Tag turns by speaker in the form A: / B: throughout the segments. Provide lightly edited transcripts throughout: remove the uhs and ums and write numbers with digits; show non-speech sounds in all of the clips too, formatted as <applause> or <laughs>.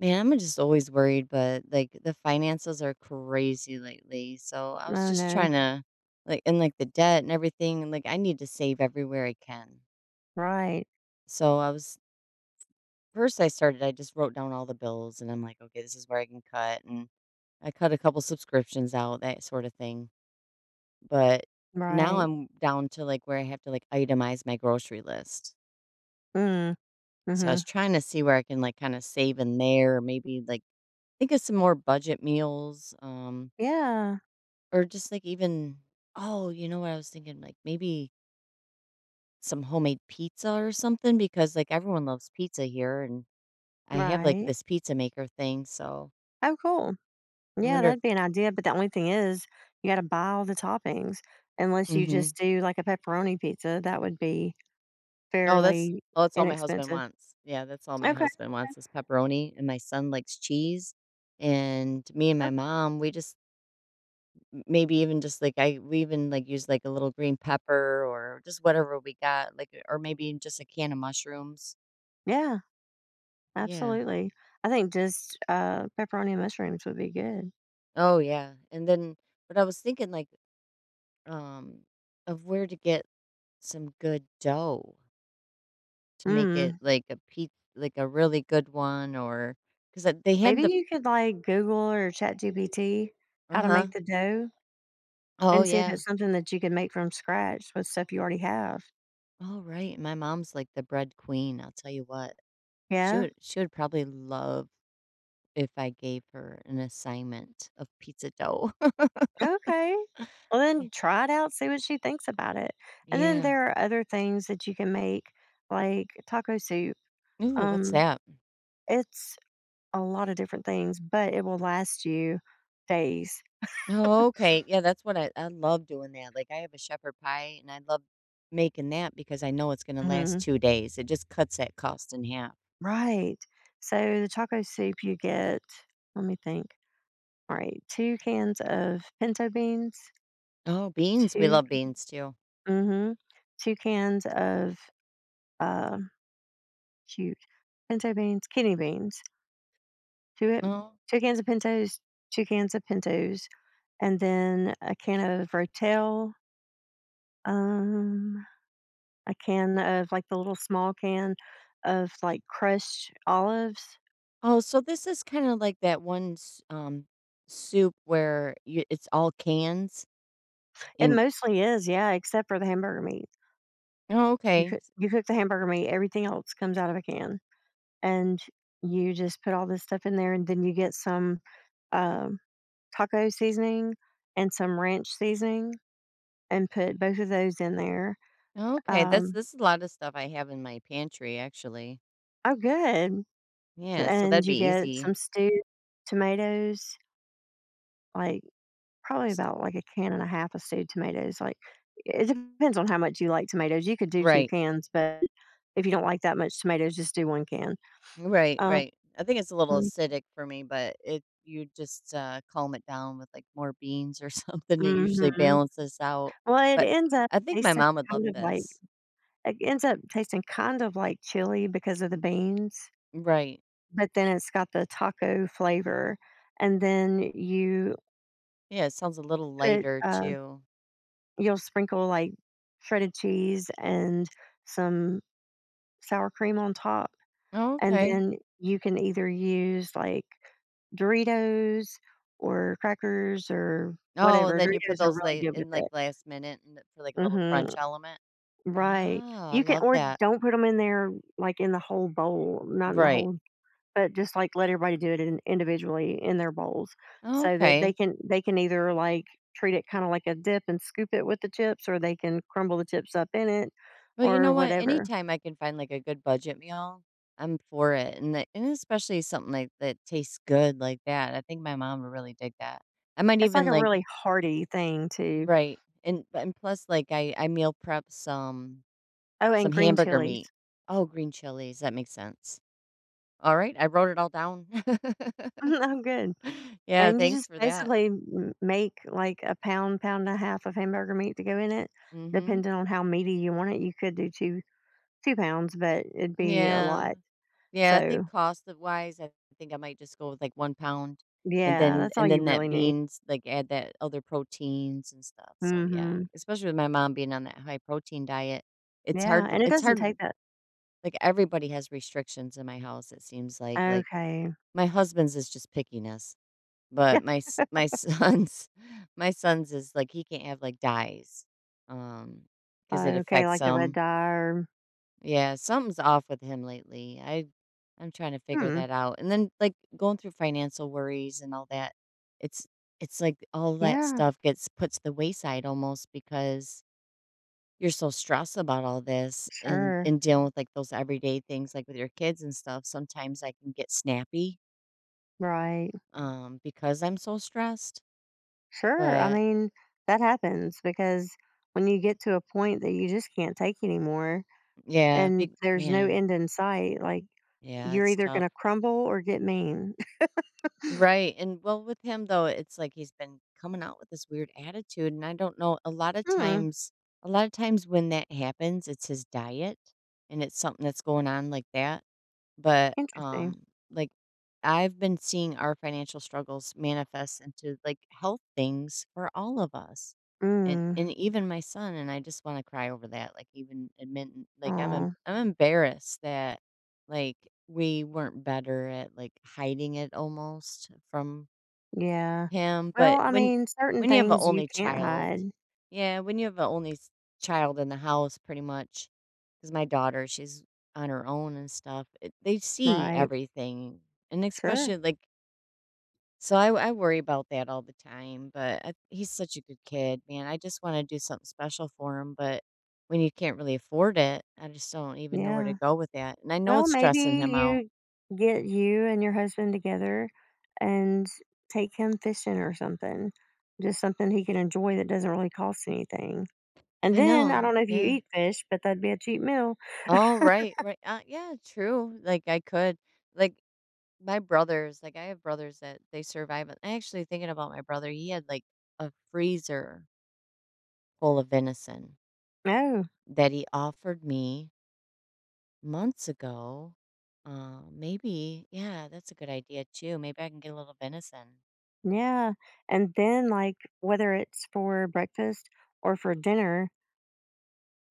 A: Man, I'm just always worried, but like the finances are crazy lately. So I was
B: Oh,
A: just
B: no.
A: trying to like and like the debt and everything and like I need to save everywhere I can.
B: Right.
A: So I was first I started I just wrote down all the bills and I'm like, okay, this is where I can cut and I cut a couple subscriptions out, that sort of thing. But now
B: Right.
A: I'm down to like where I have to like itemize my grocery list.
B: Mm.
A: So I was
B: Mhm.
A: trying to see where I can like kind of save in there or maybe like think of some more budget meals.
B: Yeah.
A: Or just, like, even oh, you know what I was thinking? Like, maybe some homemade pizza or something because, like, everyone loves pizza here, and I have, like,
B: Right.
A: this pizza maker thing, so
B: Oh, cool.
A: I
B: Yeah,
A: wonder if.
B: that'd be an idea, but the only thing is you gotta buy all the toppings unless you
A: Mhm.
B: just do, like, a pepperoni pizza, that would be
A: Oh, that's
B: fairly
A: oh, that's all my husband
B: inexpensive.
A: wants. Yeah, that's all
B: Okay,
A: my husband
B: okay.
A: wants is pepperoni, and my son likes cheese, and me and my
B: Yep.
A: mom, we just m maybe even just, like, I we even, like, use like, a little green pepper or just whatever we got, like, or maybe just a can of mushrooms.
B: Yeah,
A: Yeah.
B: absolutely. I think just, pepperoni and mushrooms would be good.
A: Oh, yeah, and then but I was thinking, like, um, of where to get some good dough to make it
B: Mm.
A: like a pizza, like, a really good one or because they
B: Maybe
A: had the.
B: you could, like, Google or ChatGPT how to
A: Uh-huh.
B: make the dough
A: Oh,
B: and see if
A: yeah.
B: it's something that you can make from scratch with stuff you already have.
A: Oh, right, my mom's, like, the bread queen, I'll tell you what. She
B: Yeah.
A: would she would probably love if I gave her an assignment of pizza dough. <laughs>
B: Okay. Well, then
A: Ye
B: try it out, see what she thinks about it. And then
A: Yeah.
B: there are other things that you can make, like taco soup.
A: Ooh, what's
B: Um,
A: that?
B: it's a lot of different things, but it will last you days.
A: Oh, okay, yeah, that's what I love doing that. Like I have a shepherd pie and I love making that because I know it's going to
B: Hmm.
A: last 2 days. It just cuts that cost in half.
B: Right. So the taco soup you get, let me think. All right, two cans of pinto beans,
A: Oh, beans, we
B: 2
A: love beans too.
B: mm-hmm, two cans of uh, shoot, pinto beans, kidney beans, 2 it
A: Oh.
B: 2 cans of Pintos, 2 cans of Pintos, and then a can of Rotel, um, a can of, like, the little small can of, like, crushed olives.
A: Oh, so this is kind of like that one soup where you, it's all cans
B: It
A: and
B: mostly is, yeah, except for the hamburger meat.
A: oh,
B: You
A: okay.
B: cook you cook the hamburger meat, everything else comes out of a can, and you just put all this stuff in there, and then you get some, um, taco seasoning and some ranch seasoning and put both of those in there.
A: Okay, that's
B: Um
A: this is a lot of stuff I have in my pantry actually.
B: Oh, good.
A: Yeah, so
B: And
A: that'd
B: you
A: be
B: get
A: easy.
B: some stewed tomatoes, like, probably
A: S-
B: about, like, a can and a half of stewed tomatoes, like, it depends on how much you like tomatoes, you could do 2
A: Right.
B: cans, but if you don't like that much tomatoes, just do 1 can.
A: Right,
B: Um
A: right. I think it's a little acidic for me, but it you just calm it down with like more beans or <laughs> something. It usually
B: Mhm.
A: balances out.
B: Well, it
A: But
B: ends up
A: I think my
B: tasting
A: mom would
B: kind
A: love
B: of like
A: this.
B: it ends up tasting kind of like chili because of the beans,
A: Right.
B: but then it's got the taco flavor, and then you
A: Yeah, it sounds a little
B: put,
A: lighter
B: uh
A: too.
B: you'll sprinkle, like, shredded cheese and some sour cream on top,
A: Oh,
B: and
A: okay.
B: then you can either use, like, Doritos or crackers or
A: Oh,
B: whatever.
A: then you put
B: Doritos are
A: those
B: really
A: late
B: good with
A: in like
B: it.
A: last minute and for like a little crunch
B: Mhm.
A: element.
B: Right.
A: Ah, I
B: You can
A: love
B: or
A: that.
B: don't put them in there, like, in the whole bowl, not in the
A: Right.
B: whole but just, like, let everybody do it in individually in their bowls so that they
A: Okay.
B: can they can either, like, treat it kinda like a dip and scoop it with the chips, or they can crumble the chips up in it
A: Well, you
B: or
A: know what?
B: whatever.
A: Anytime I can find like a good budget meal, I'm for it. And especially something like that tastes good like that. I think my mom would really dig that. I might
B: It's like
A: even
B: a
A: like.
B: really hearty thing too.
A: Right. And plus like I meal prep some
B: Oh, and green
A: hamburger
B: chilies. <laughs>
A: meat. Oh, green chilies. That makes sense. All right. I wrote it all down.
B: Oh, good.
A: <laughs> Yeah,
B: And you
A: thanks
B: just
A: for that.
B: basically m make, like, a pound, pound and a half of hamburger meat to go in it,
A: Mhm.
B: depending on how meaty you want it. You could do 2 pounds, but it'd be a
A: Yeah.
B: lot.
A: Yeah, I
B: So,
A: think cost of wise, I think I might just go with like 1 pound and
B: yeah,
A: then
B: that's all you
A: that
B: really need.
A: beans, like, add that other proteins and stuff, so, yeah,
B: Mhm.
A: especially with my mom being on that high protein diet, it's
B: Yeah,
A: hard
B: and it
A: it's
B: doesn't take
A: hard
B: that
A: like, everybody has restrictions in my house, it seems like,
B: okay.
A: my husband's is just pickiness, but
B: <laughs>
A: my son's <laughs> my son's is, like, he can't have, like, dyes, um, because it
B: Okay,
A: affects
B: like the red
A: him.
B: dye or
A: Yeah, something's off with him lately. I'm trying to figure
B: hmm,
A: that out. And then like going through financial worries and all that, it's it's like all that
B: yeah,
A: stuff gets put to the wayside almost because you're so stressed about all this and
B: sure,
A: and dealing with like those everyday things like with your kids and stuff. Sometimes I can get snappy
B: right.
A: because I'm so stressed.
B: Sure, I
A: But
B: mean, that happens because when you get to a point that you just can't take anymore
A: yeah,
B: and
A: big
B: there's no
A: man,
B: end in sight, like,
A: yeah,
B: you're
A: it's
B: either
A: tough.
B: gonna crumble or get mean. <laughs>
A: Right. And well, with him though, it's like he's been coming out with this weird attitude. And I don't know, a lot of
B: Hmm,
A: times, a lot of times when that happens, it's his diet and it's something that's going on like that. But,
B: interesting.
A: like, I've been seeing our financial struggles manifest into, like, health things for all of us, and
B: Mm,
A: even my son, and I just wanna cry over that, like, even admitting like, I'm
B: oh,
A: em I'm embarrassed that, like, we weren't better at, like, hiding it almost from
B: yeah.
A: him,
B: Well,
A: but
B: I
A: when
B: mean, certain
A: you have an
B: things you
A: only
B: can't
A: child
B: hide,
A: yeah, when you have an only s child in the house pretty much, because my daughter, she's on her own and stuff, it they see
B: right?
A: everything, and
B: Sure,
A: especially, like so I worry about that all the time, but I he's such a good kid, man, I just wanna do something special for him, but when you can't really afford it, I just don't even know where to
B: yeah.
A: go with that, and I know
B: Well,
A: it's
B: maybe
A: stressing him out.
B: you get you and your husband together and take him fishing or something. Just something he can enjoy that doesn't really cost anything. And
A: I
B: then I don't
A: know,
B: know if you
A: yeah.
B: eat fish, but that'd be a cheap meal.
A: Oh, right, right, yeah, true, like, I could, like. My brothers, like I have brothers that they survive it. Actually, thinking about my brother, he had like a freezer full of venison
B: Oh,
A: that he offered me months ago. Maybe, yeah, that's a good idea too. Maybe I can get a little venison.
B: yeah. And then, like, whether it's for breakfast or for dinner,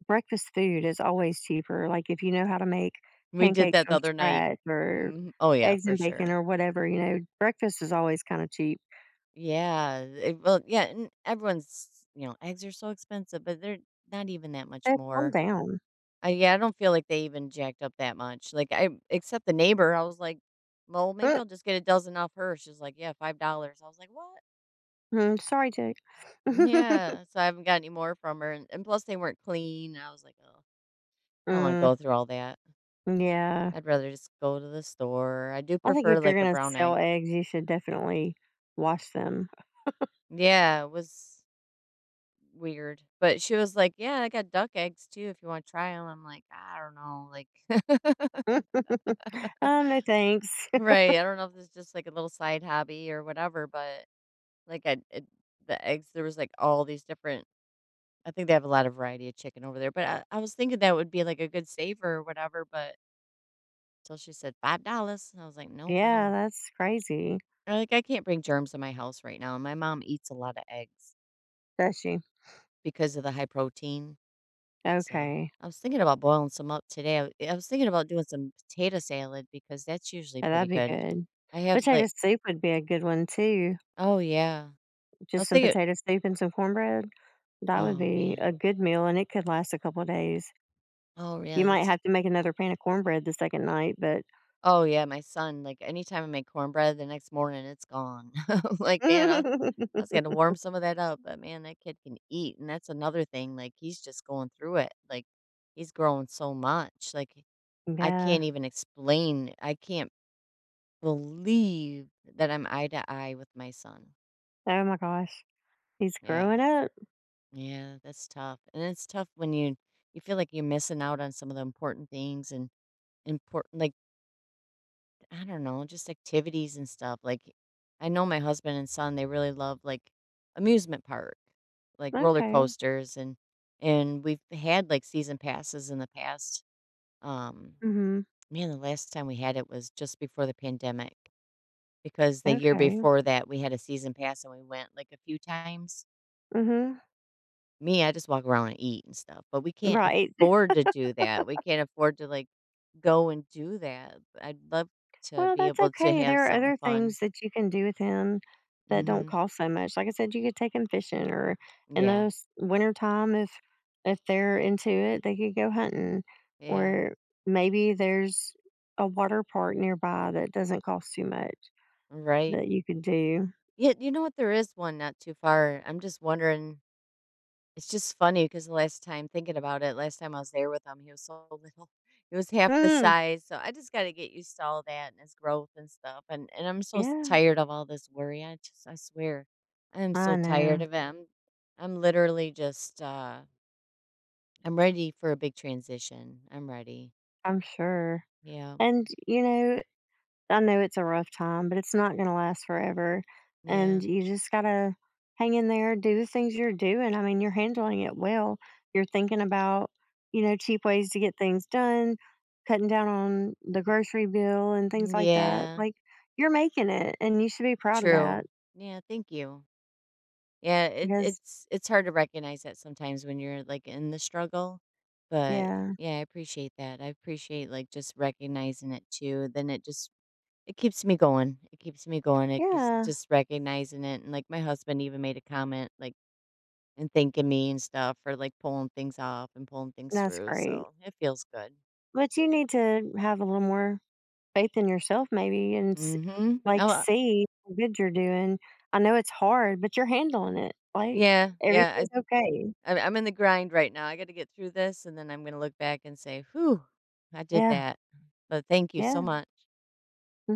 B: breakfast food is always cheaper. Like, if you know how to make
A: We did
B: pancakes
A: that the
B: from
A: other night.
B: scratch or
A: Mhm. Oh yeah,
B: eggs
A: for
B: and bacon
A: sure.
B: or whatever, you know, breakfast is always kind of cheap.
A: Yeah, it, well, yeah, and everyone's eggs are so expensive, but they're not even that much
B: So calm
A: more.
B: down.
A: I yeah, I don't feel like they even jacked up that much, like, I except the neighbor, I was like, "Well, maybe I'll just get a dozen off her." She's like, "Yeah, $5." I was like, "What?"
B: Mm, sorry, Jake. <laughs>
A: Yeah, so I haven't got any more from her, and plus they weren't clean, I was like, oh, I don't wanna
B: Mm,
A: go through all that.
B: yeah.
A: I'd rather just go to the store." I do
B: I think if
A: prefer,
B: you're
A: like, a
B: gonna
A: brown
B: sell
A: egg.
B: eggs, you should definitely wash them.
A: Yeah, it was weird, but she was like, "Yeah, I got duck eggs too if you wanna try them." I'm like, "I don't know," like <laughs>
B: <laughs> um, no thanks.
A: Right, I don't know if it's just, like, a little side hobby or whatever, but like, I it the eggs there was, like, all these different I think they have a lot of variety of chicken over there, but I was thinking that would be, like, a good saver or whatever, but till she said $5 and I was
B: <laughs>
A: like, "Nope, I
B: Yeah,
A: don't."
B: that's crazy.
A: I Like, I can't bring germs in my house right now, and my mom eats a lot of eggs
B: Does she?
A: because of the high protein, so
B: Okay.
A: I was thinking about boiling some up today. I was thinking about doing some potato salad because that's usually
B: Yeah,
A: pretty
B: that'd be
A: good.
B: good.
A: I have,
B: Potato
A: like.
B: soup would be a good one too.
A: Oh, yeah. I
B: Just
A: was
B: some
A: thinking.
B: potato soup and some cornbread. That would
A: Oh,
B: be a
A: man.
B: good meal and it could last a couple of days.
A: Oh,
B: You
A: yeah,
B: might
A: that's.
B: have to make another pan of cornbread the second night, but
A: Oh, yeah, my son, like, anytime I make cornbread the next morning, it's gone. <laughs> I'm like, "Man,
B: <laughs>
A: I was gonna warm some of that up, but man, that kid can eat," and that's another thing, like, he's just going through it, like, he's growing so much, like,
B: yeah.
A: I can't believe that I'm eye to eye with my son.
B: Oh my gosh. He's
A: Yeah.
B: growing up.
A: Yeah, that's tough, and it's tough when you feel like you're missing out on some of the important things and important like I don't know, just activities and stuff. Like, I know my husband and son, they really love like amusement park, like roller
B: Okay.
A: coasters and we've had like season passes in the past. Um,
B: Mhm.
A: Man, the last time we had it was just before the pandemic because the year
B: Okay.
A: before that we had a season pass and we went like a few times.
B: Mhm.
A: Me, I just walk around and eat and stuff, but we can't
B: Right. <laughs>
A: afford to do that. We can't afford to like go and do that. I'd love to
B: Well,
A: be
B: that's
A: able to
B: okay.
A: have
B: There are
A: something
B: other
A: fun.
B: things that you can do with him that don't
A: Mhm.
B: cost so much. Like I said, you could take him fishing or in the
A: Yeah,
B: s- winter time, if they're into it, they could go hunting.
A: yeah,
B: Or maybe there's a water park nearby that doesn't cost too much
A: right.
B: that you could do.
A: Yeah, you know what? There is one not too far. I'm just wondering. It's just funny because the last time thinking about it, last time I was there with him, he was so little. <laughs> He was half the
B: Mm,
A: size. So I just got to get used to all that and his growth and stuff. And I'm so
B: yeah,
A: tired of all this worry. I swear, I am
B: I
A: so tired
B: know.
A: of it. I'm literally just I'm ready for a big transition. I'm ready.
B: I'm sure.
A: Yeah,
B: And you know, I know it's a rough time, but it's not gonna last forever,
A: yeah,
B: and you just gotta hang in there, do the things you're doing, I mean, you're handling it well. You're thinking about, you know, cheap ways to get things done, cutting down on the grocery bill and things like that,
A: yeah.
B: like, you're making it, and you should be proud of
A: True.
B: that
A: Yeah. Thank you. Yeah,
B: because.
A: it's hard to recognize that sometimes when you're, like, in the struggle, but,
B: Yeah.
A: yeah, I appreciate that. I appreciate, like, just recognizing it too, then it keeps me going. It keeps me going, it keeps
B: Yeah.
A: just recognizing it, and, like, my husband even made a comment, like, and thanking me and stuff for, like, pulling things off and pulling things
B: That's
A: through,
B: great.
A: so it feels good.
B: But you need to have a little more faith in yourself maybe and s-
A: Mhm.
B: like
A: Oh,
B: see how good you're doing. I know it's hard, but you're handling it. Like
A: yeah, yeah,
B: everything's okay.
A: I'm in the grind right now. I gotta get through this, and then I'm gonna look back and say, "Whew, I did
B: Yeah.
A: that." But thank you so
B: Yeah.
A: much.